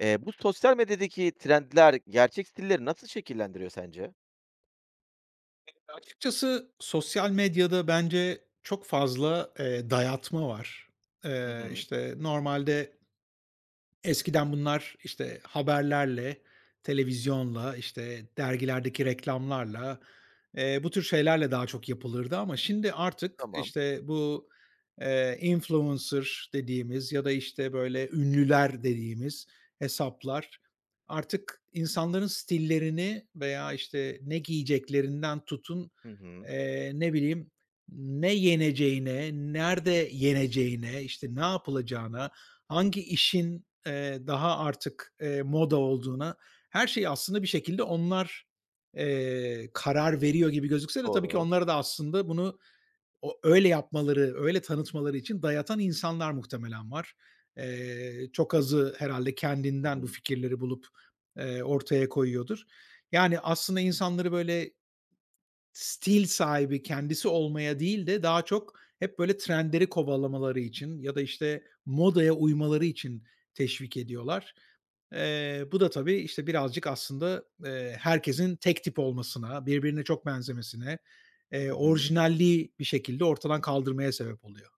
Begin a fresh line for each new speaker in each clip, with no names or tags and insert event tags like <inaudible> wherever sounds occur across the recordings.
Bu sosyal medyadaki trendler gerçek stilleri nasıl şekillendiriyor sence?
Açıkçası sosyal medyada bence çok fazla, dayatma var.
Hı hı.
İşte, normalde eskiden bunlar, işte, haberlerle, televizyonla, işte, dergilerdeki reklamlarla, bu tür şeylerle daha çok yapılırdı ama şimdi artık,
Tamam.
işte, bu, influencer dediğimiz ya da, işte, böyle ünlüler dediğimiz hesaplar artık insanların stillerini veya, işte, ne giyeceklerinden tutun,
Hı hı.
ne bileyim, ne yeneceğine, nerede yeneceğine, işte, ne yapılacağına, hangi işin, daha artık, moda olduğuna, her şeyi aslında bir şekilde onlar, karar veriyor gibi gözükse de tabii ki
Doğru.
onlara da aslında bunu o öyle yapmaları, öyle tanıtmaları için dayatan insanlar muhtemelen var. Çok azı herhalde
Hı
kendinden bu
hı.
fikirleri bulup, ortaya koyuyordur. Yani aslında insanları böyle stil sahibi, kendisi olmaya değil de daha çok hep böyle trendleri kovalamaları için ya da, işte, modaya uymaları için teşvik ediyorlar. Bu da tabii, işte, birazcık aslında, herkesin tek tip olmasına, birbirine çok benzemesine,
Hı hı.
orijinalliği bir şekilde ortadan kaldırmaya sebep oluyor.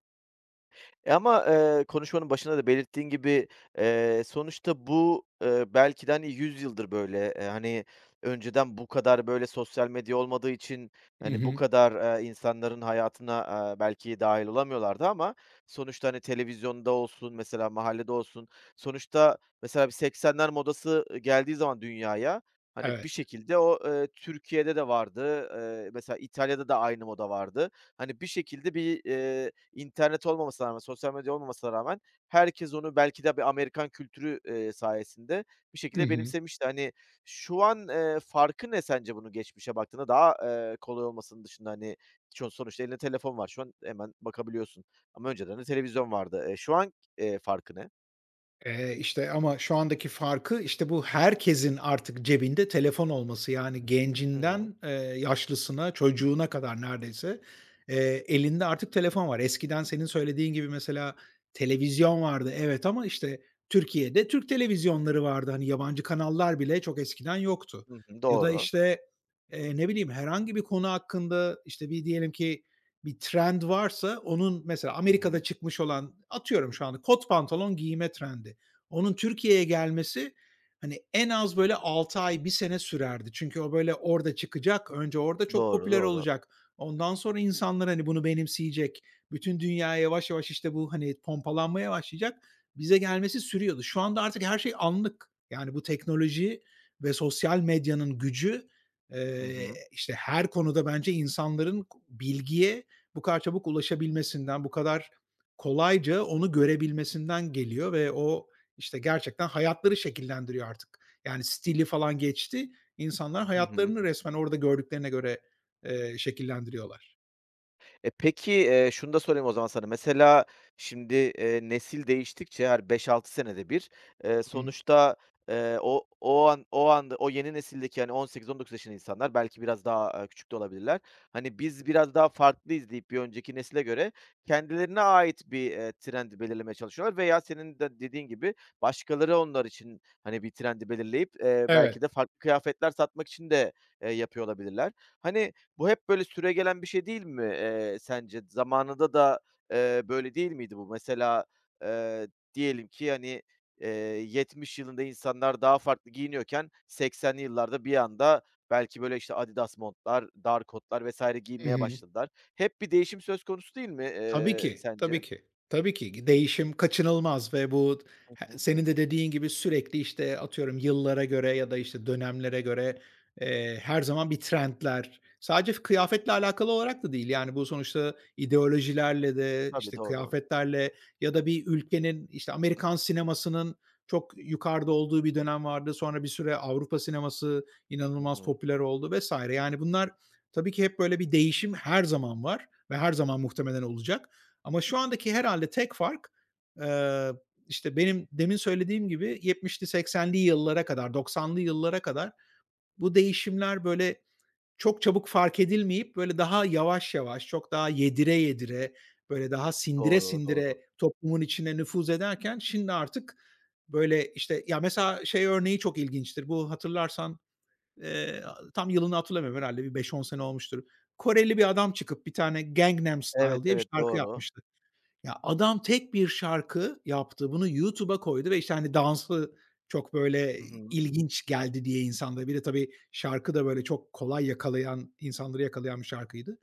Ama, konuşmanın başında da belirttiğin gibi, sonuçta bu, belki de, hani, 100 yıldır böyle, hani, önceden bu kadar böyle sosyal medya olmadığı için,
Hı
hani, bu
hı.
kadar, insanların hayatına, belki dahil olamıyorlardı ama sonuçta, hani, televizyonda olsun, mesela mahallede olsun, sonuçta mesela bir 80'ler modası geldiği zaman dünyaya, hani, bir
Evet.
şekilde o, Türkiye'de de vardı. Mesela İtalya'da da aynı moda vardı. Hani, bir şekilde İnternet olmamasına rağmen, sosyal medya olmamasına rağmen herkes onu belki de bir Amerikan kültürü, sayesinde bir
Hı
şekilde
hı.
benimsemişti. Hani, şu an, farkı ne sence bunun geçmişe baktığında? Daha, kolay olmasının dışında, hani, sonuçta elinde telefon var şu an hemen bakabiliyorsun ama önceden de televizyon vardı. Şu an farkı ne?
Ama şu andaki farkı, işte, bu herkesin artık cebinde telefon olması. Yani
Hı hı.
gencinden, yaşlısına, çocuğuna kadar neredeyse, elinde artık telefon var. Eskiden senin söylediğin gibi mesela televizyon vardı, evet, ama, işte, Türkiye'de Türk televizyonları vardı. Hani, yabancı kanallar bile çok eskiden yoktu.
Hı hı.
Ya da,
Doğru.
işte, ne bileyim, herhangi bir konu hakkında, işte, bir diyelim ki bir trend varsa onun mesela
Hı
Amerika'da
hı.
çıkmış olan, atıyorum şu anda kot pantolon giyme trendi. Onun Türkiye'ye gelmesi, hani, en az böyle 6 ay, bir sene sürerdi. Çünkü o böyle orada çıkacak, önce orada çok
Doğru,
popüler
doğru.
olacak. Ondan sonra insanlar, hani, bunu benimseyecek. Bütün dünya yavaş yavaş, işte, bu, hani, pompalanmaya başlayacak. Bize gelmesi sürüyordu. Şu anda artık her şey anlık. Yani, bu teknoloji ve sosyal medyanın gücü,
Hı hı.
işte, her konuda bence insanların bilgiye bu kadar çabuk ulaşabilmesinden, bu kadar kolayca onu görebilmesinden geliyor ve o, işte, gerçekten hayatları şekillendiriyor artık. Yani, stili falan geçti. İnsanlar
Hı hı.
hayatlarını resmen orada gördüklerine göre, şekillendiriyorlar.
Peki, şunu da sorayım o zaman sana. Mesela şimdi, nesil değiştikçe her 5-6 senede bir,
Hı hı.
sonuçta, o an o anda o yeni nesildeki, hani, 18-19 yaşındaki insanlar belki biraz daha, küçük de olabilirler. Hani, biz biraz daha farklıyız deyip bir önceki nesile göre kendilerine ait bir, trendi belirlemeye çalışıyorlar veya senin de dediğin gibi başkaları onlar için, hani, bir trendi belirleyip, belki
Evet.
de farklı kıyafetler satmak için de, yapıyor olabilirler. Hani, bu hep böyle süregelen bir şey değil mi, sence? Zamanında da, böyle değil miydi bu? Mesela, eee, diyelim ki, hani, eee, 70 yılında insanlar daha farklı giyiniyorken 80'li yıllarda bir anda belki böyle, işte, Adidas montlar, dar kotlar vesaire
Hı
giymeye
hı.
başladılar. Hep bir değişim söz konusu değil mi,
Tabii ki, tabii
sence?
ki. Tabii ki değişim kaçınılmaz ve bu
Hı
he
hı.
senin de dediğin gibi sürekli, işte, atıyorum, yıllara göre ya da, işte, dönemlere göre, her zaman bir trendler sadece kıyafetle alakalı olarak da değil, yani, bu sonuçta ideolojilerle de,
Tabii,
işte,
doğru.
kıyafetlerle ya da bir ülkenin, işte, Amerikan sinemasının çok yukarıda olduğu bir dönem vardı. Sonra bir süre Avrupa sineması
Hı
inanılmaz
hı.
popüler oldu vesaire. Yani, bunlar tabii ki hep böyle bir değişim her zaman var ve her zaman muhtemelen olacak. Ama şu andaki herhalde tek fark, eee, işte, benim demin söylediğim gibi 70'li 80'li yıllara kadar, 90'lı yıllara kadar bu değişimler, böyle, çok çabuk fark edilmeyip, böyle, daha yavaş yavaş, çok daha yedire yedire, böyle, daha sindire
Doğru, doğru.
sindire toplumun içine nüfuz ederken şimdi artık, böyle, işte, ya, mesela şey örneği çok ilginçtir. Bu, hatırlarsan, Eee, tam yılını hatırlamıyorum, herhâlde bir beş on sene olmuştur. Koreli bir adam çıkıp bir tane Gangnam Style
Evet,
diye bir
evet,
şarkı
doğru.
yapmıştı. Ya, adam tek bir şarkı yaptı, bunu YouTube'a koydu ve, işte, hani, dansı çok, böyle,
Hı hı.
ilginç geldi diye insanlara. Bir de tabii şarkı da, böyle, çok kolay yakalayan insanları yakalayan bir şarkıydı.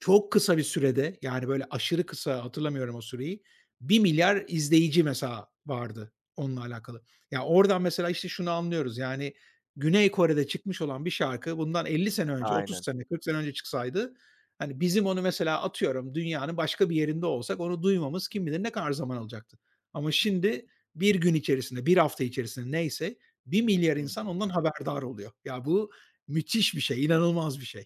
Çok kısa bir sürede, yani, böyle, aşırı kısa, hatırlamıyorum o süreyi, 1 milyar izleyici mesela vardı onunla alakalı. Ya, oradan mesela, işte, şunu anlıyoruz, yani, Güney Kore'de çıkmış olan bir şarkı bundan 50 sene önce, 30
Aynen.
sene, 40 sene önce çıksaydı, hani, bizim onu mesela atıyorum dünyanın başka bir yerinde olsak onu duymamız kim bilir ne kadar zaman alacaktı. Ama şimdi bir gün içerisinde, bir hafta içerisinde neyse 1 milyar
Hı
insan
hı.
ondan haberdar oluyor. Ya, bu müthiş bir şey, inanılmaz bir şey.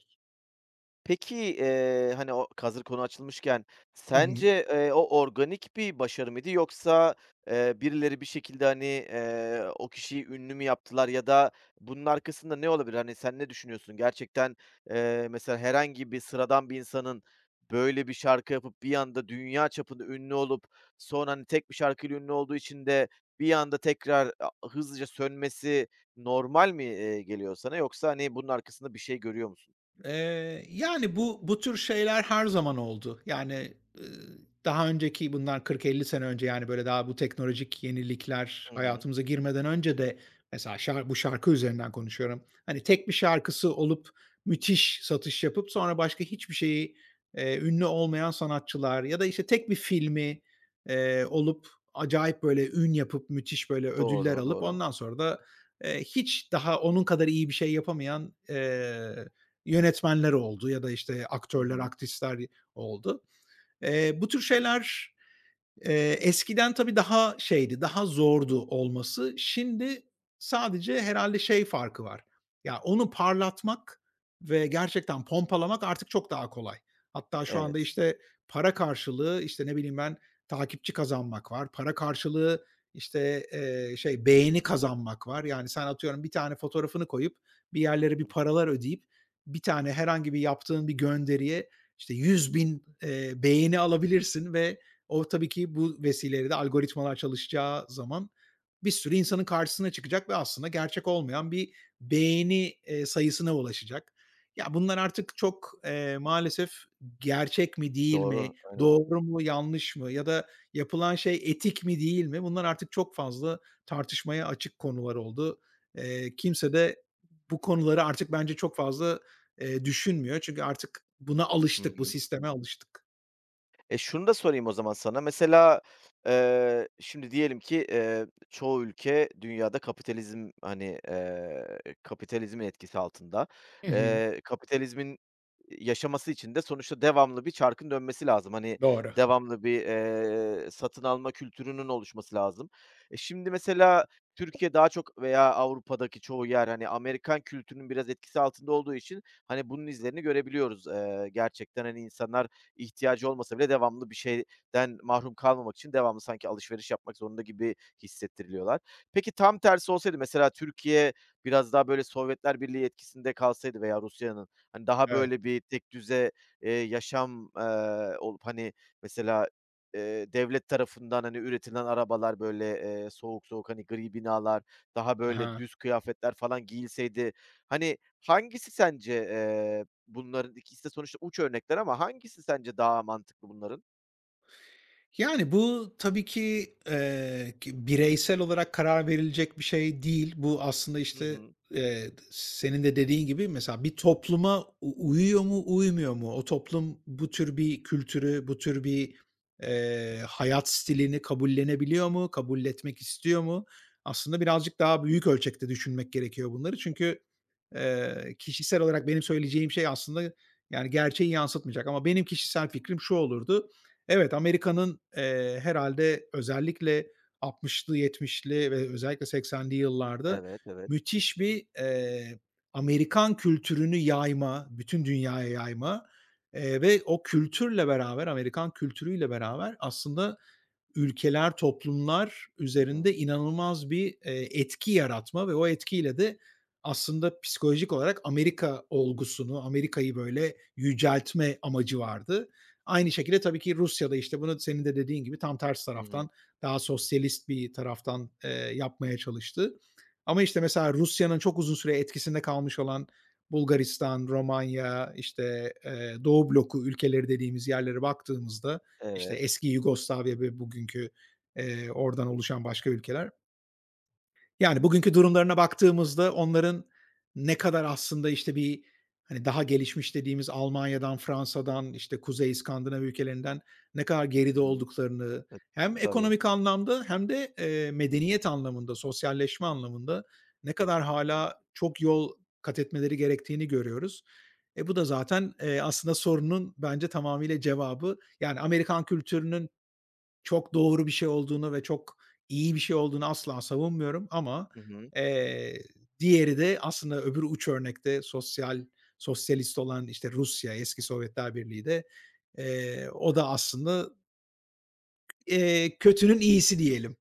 Peki, hani, o hazır konu açılmışken
<laughs>
sence, o organik bir başarı mıydı yoksa, birileri bir şekilde, hani, o kişiyi ünlü mü yaptılar ya da bunun arkasında ne olabilir? Hani, sen ne düşünüyorsun? Gerçekten, mesela herhangi bir sıradan bir insanın böyle bir şarkı yapıp bir anda dünya çapında ünlü olup sonra, hani, tek bir şarkıyla ünlü olduğu için de bir anda tekrar hızlıca sönmesi normal mi, geliyor sana yoksa, hani, bunun arkasında bir şey görüyor musun?
Yani, bu tür şeyler her zaman oldu. Yani, ııı, daha önceki bundan 40-50 sene önce, yani, böyle, daha bu teknolojik yenilikler
Hı hı.
hayatımıza girmeden önce de mesela bu şarkı üzerinden konuşuyorum. Hani, tek bir şarkısı olup müthiş satış yapıp sonra başka hiçbir şeyi, ünlü olmayan sanatçılar ya da, işte, tek bir filmi, olup acayip, böyle, ün yapıp müthiş, böyle, ödüller
Doğru,
alıp
doğru.
ondan sonra da, hiç daha onun kadar iyi bir şey yapamayan, yönetmenler oldu ya da işte
Hı
aktörler,
hı.
aktrisler oldu. Bu tür şeyler, eskiden tabii daha şeydi, daha zordu olması. Şimdi sadece herhâlde şey farkı var. Ya, onu parlatmak ve gerçekten pompalamak artık çok daha kolay. Hatta şu anda,
Evet.
işte, para karşılığı, işte, ne bileyim ben, takipçi kazanmak var. Para karşılığı, işte, şey, beğeni kazanmak var. Yani sen atıyorum bir tane fotoğrafını koyup bir yerlere
Hı.
bir paralar ödeyip bir tane herhangi bir yaptığın bir gönderiye, işte, 100.000, beğeni alabilirsin ve o tabii ki bu vesileyle de algoritmalar çalışacağı zaman bir sürü insanın karşısına çıkacak ve aslında gerçek olmayan bir beğeni, sayısına ulaşacak. Ya, bunlar artık çok, maalesef gerçek mi, değil
Doğru,
mi,
aynen.
doğru mu, yanlış mı ya da yapılan şey etik mi, değil mi? Bunlar artık çok fazla tartışmaya açık konular oldu. Kimse de bu konuları artık bence çok fazla, düşünmüyor. Çünkü artık buna
Hı
alıştık, bu
hı.
sisteme alıştık.
Şunu da sorayım o zaman sana. Mesela, şimdi diyelim ki, çoğu ülke dünyada kapitalizm, hani, kapitalizmin etkisi altında.
Hı hı.
Kapitalizmin yaşaması için de sonuçta devamlı bir çarkın dönmesi lazım. Hani,
Doğru.
devamlı bir, satın alma kültürünün oluşması lazım. Şimdi mesela Türkiye daha çok veya Avrupa'daki çoğu yer, hani, Amerikan kültürünün biraz etkisi altında olduğu için, hani, bunun izlerini görebiliyoruz. Gerçekten, hani, insanlar ihtiyacı olmasa bile devamlı bir şeyden mahrum kalmamak için devamlı sanki alışveriş yapmak zorunda gibi hissettiriliyorlar. Peki tam tersi olsaydı, mesela Türkiye biraz daha böyle Sovyetler Birliği etkisinde kalsaydı veya Rusya'nın, hani, daha
Evet.
böyle bir tekdüze, yaşam, olup, hani, mesela, devlet tarafından, hani, üretilen arabalar böyle, soğuk soğuk, hani, gri binalar, daha böyle
Hı.
düz kıyafetler falan giyilseydi, hani, hangisi sence, bunların ikisi de sonuçta uç örnekler ama hangisi sence daha mantıklı bunların?
Yani, bu tabii ki, ki bireysel olarak karar verilecek bir şey değil. Bu aslında,
Hı
işte,
hı.
senin de dediğin gibi mesela bir topluma uyuyor mu, uymuyor mu? O toplum bu tür bir kültürü, bu tür bir, hayat stilini kabullenebiliyor mu, kabul etmek istiyor mu? Aslında birazcık daha büyük ölçekte düşünmek gerekiyor bunları. Çünkü kişisel olarak benim söyleyeceğim şey aslında, yani, gerçeği yansıtmayacak ama benim kişisel fikrim şu olurdu. Evet, Amerika'nın, herhâlde özellikle 60'lı 70'li ve özellikle 80'li yıllarda
Evet, evet.
müthiş bir, Amerikan kültürünü yayma, bütün dünyaya yayma, ve o kültürle beraber, Amerikan kültürüyle beraber aslında ülkeler, toplumlar
Hı
üzerinde
hı.
inanılmaz bir, etki yaratma ve o etkiyle de aslında psikolojik olarak Amerika olgusunu, Amerika'yı böyle yüceltme amacı vardı. Aynı şekilde tabii ki Rusya da işte bunu senin de dediğin gibi tam ters
Hı
taraftan,
hı.
daha sosyalist bir taraftan, yapmaya çalıştı. Ama işte mesela Rusya'nın çok uzun süre etkisinde kalmış olan Bulgaristan, Romanya, işte, Doğu bloku ülkeleri dediğimiz yerlere baktığımızda işte,
Evet.
eski Yugoslavya ve bugünkü, oradan oluşan başka ülkeler. Yani, bugünkü durumlarına baktığımızda onların ne kadar aslında, işte, bir, hani, daha gelişmiş dediğimiz Almanya'dan, Fransa'dan, işte, Kuzey İskandinav ülkelerinden ne kadar
Hı
geride
hı.
olduklarını
E,
hem
tabii.
ekonomik anlamda hem de, medeniyet anlamında, sosyalleşme anlamında ne kadar hala çok yol kat etmeleri gerektiğini görüyoruz. E, bu da zaten, aslında sorunun bence tamamıyla cevabı. Yani, Amerikan kültürünün çok doğru bir şey olduğunu ve çok iyi bir şey olduğunu asla savunmuyorum ama,
Hı hı.
eee, diğeri de aslında öbür uç örnekte sosyalist olan, işte, Rusya, eski Sovyetler Birliği de, o da aslında, kötünün iyisi diyelim.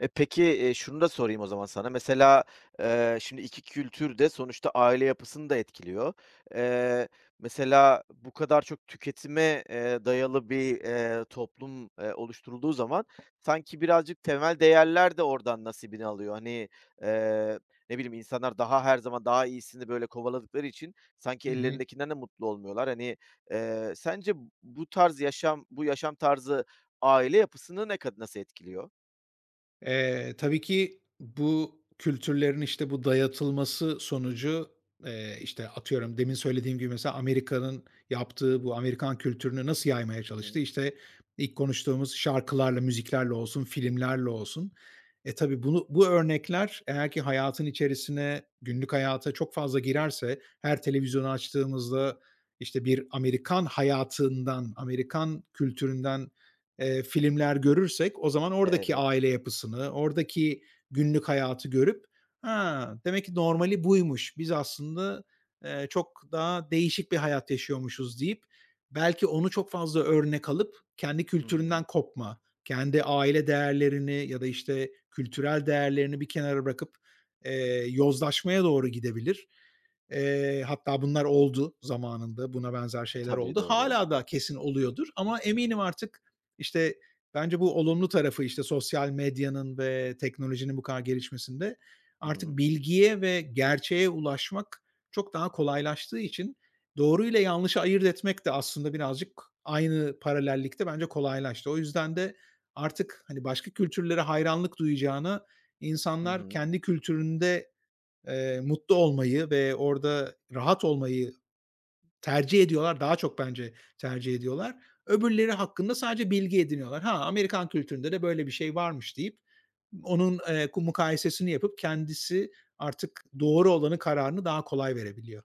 Peki, şunu da sorayım o zaman sana. Mesela, şimdi 2 kültür de sonuçta aile yapısını da etkiliyor. Eee, Mesela bu kadar çok tüketime, dayalı bir, toplum, oluşturulduğu zaman sanki birazcık temel değerler de oradan nasibini alıyor. Hani, eee, ne bileyim, insanlar daha her zaman daha iyisini böyle kovaladıkları için
Hı
sanki
hı.
ellerindekinden de mutlu olmuyorlar. Hani, sence bu yaşam tarzı aile yapısını ne kad nasıl etkiliyor?
Tabii ki bu kültürlerin, işte, bu dayatılması sonucu, işte, atıyorum demin söylediğim gibi mesela Amerika'nın yaptığı bu Amerikan kültürünü nasıl yaymaya
Hı
çalıştı?
hı.
İşte, ilk konuştuğumuz şarkılarla, müziklerle olsun, filmlerle olsun. E, tabii bunu bu örnekler eğer ki hayatın içerisine, günlük hayata çok fazla girerse, her televizyonu açtığımızda, işte, bir Amerikan hayatından, Amerikan kültüründen filmler görürsek o zaman oradaki
Evet.
aile yapısını, oradaki günlük hayatı görüp, "Ha, demek ki normali buymuş. Biz aslında, çok daha değişik bir hayat yaşıyormuşuz." deyip belki onu çok fazla örnek alıp kendi
Hı
kültüründen
hı.
kopma, kendi aile değerlerini ya da, işte, kültürel değerlerini bir kenara bırakıp, yozlaşmaya doğru gidebilir. Hatta bunlar oldu zamanında, buna benzer şeyler
Tabii,
oldu.
doğru.
Hala da kesin oluyordur ama eminim artık işte, bence bu olumlu tarafı, işte, sosyal medyanın ve teknolojinin bu kadar gelişmesinde
Hı
artık
hı.
bilgiye ve gerçeğe ulaşmak çok daha kolaylaştığı için doğru ile yanlışı ayırt etmek de aslında birazcık aynı paralellikte bence kolaylaştı. O yüzden de artık, hani, başka kültürlere hayranlık duyacağına
Hı
insanlar
hı.
kendi kültüründe, mutlu olmayı ve orada rahat olmayı tercih ediyorlar, daha çok bence tercih ediyorlar. Öbürleri hakkında sadece bilgi ediniyorlar. Ha, Amerikan kültüründe de böyle bir şey varmış deyip onun, mukayesesini yapıp kendisi artık doğru olanı kararını daha kolay verebiliyor.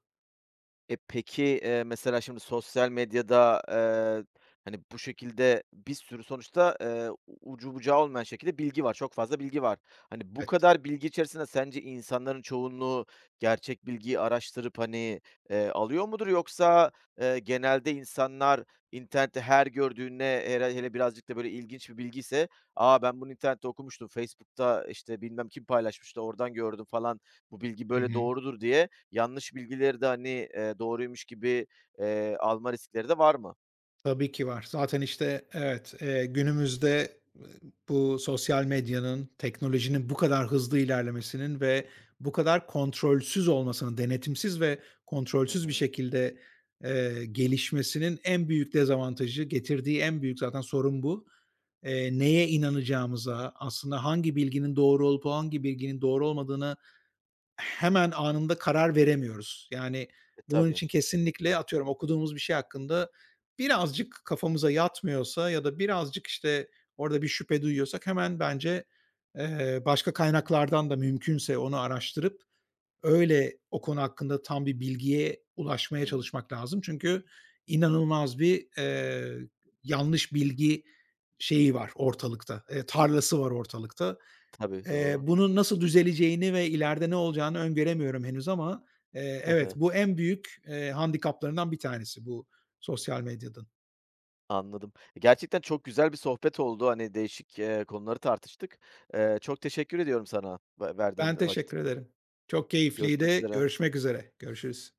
Peki, mesela şimdi sosyal medyada, hani, bu şekilde bir sürü sonuçta, ucu bucağı olmayan şekilde bilgi var. Çok fazla bilgi var. Hani, bu
Evet.
kadar bilgi içerisinde sence insanların çoğunluğu gerçek bilgiyi araştırıp, hani, alıyor mudur? Yoksa, genelde insanlar internette her gördüğüne, hele hele birazcık da böyle ilginç bir bilgi ise, "ben bunu internette okumuştum, Facebook'ta, işte, bilmem kim paylaşmıştı, oradan gördüm falan, bu bilgi
Hı
böyle
hı.
doğrudur," diye yanlış bilgileri de, hani, doğruymuş gibi, alma riskleri de var mı?
Tabii ki var. Zaten, işte, evet, günümüzde e, bu sosyal medyanın, teknolojinin bu kadar hızlı ilerlemesinin ve bu kadar kontrolsüz olmasının, denetimsiz ve
Hı
kontrolsüz bir
hı.
şekilde, gelişmesinin en büyük dezavantajı, getirdiği en büyük zaten sorun bu. Neye inanacağımıza, aslında hangi bilginin doğru olup hangi bilginin doğru olmadığını hemen anında karar veremiyoruz. Yani, bunun
Tabii.
için kesinlikle atıyorum okuduğumuz bir şey hakkında birazcık kafamıza yatmıyorsa ya da birazcık, işte, orada bir şüphe duyuyorsak hemen bence, başka kaynaklardan da mümkünse onu araştırıp öyle o konu hakkında tam bir bilgiye
Hı
ulaşmaya
hı.
çalışmak lazım. Çünkü inanılmaz bir, yanlış bilgi şeyi var ortalıkta, tarlası var ortalıkta.
Tabii,
Eee,
doğru.
bunun nasıl düzeleceğini ve ileride ne olacağını öngöremiyorum henüz ama, evet, bu
<laughs>
en büyük, handikaplarından bir tanesi bu sosyal medyanın.
Anladım. Gerçekten çok güzel bir sohbet oldu. Hani, değişik, konuları tartıştık. Çok teşekkür ediyorum sana ve
Ben
verdiğin vakit
teşekkür
için.
ederim. Çok
Görüşmek
keyifliydi.
üzere.
Görüşmek üzere. Görüşürüz.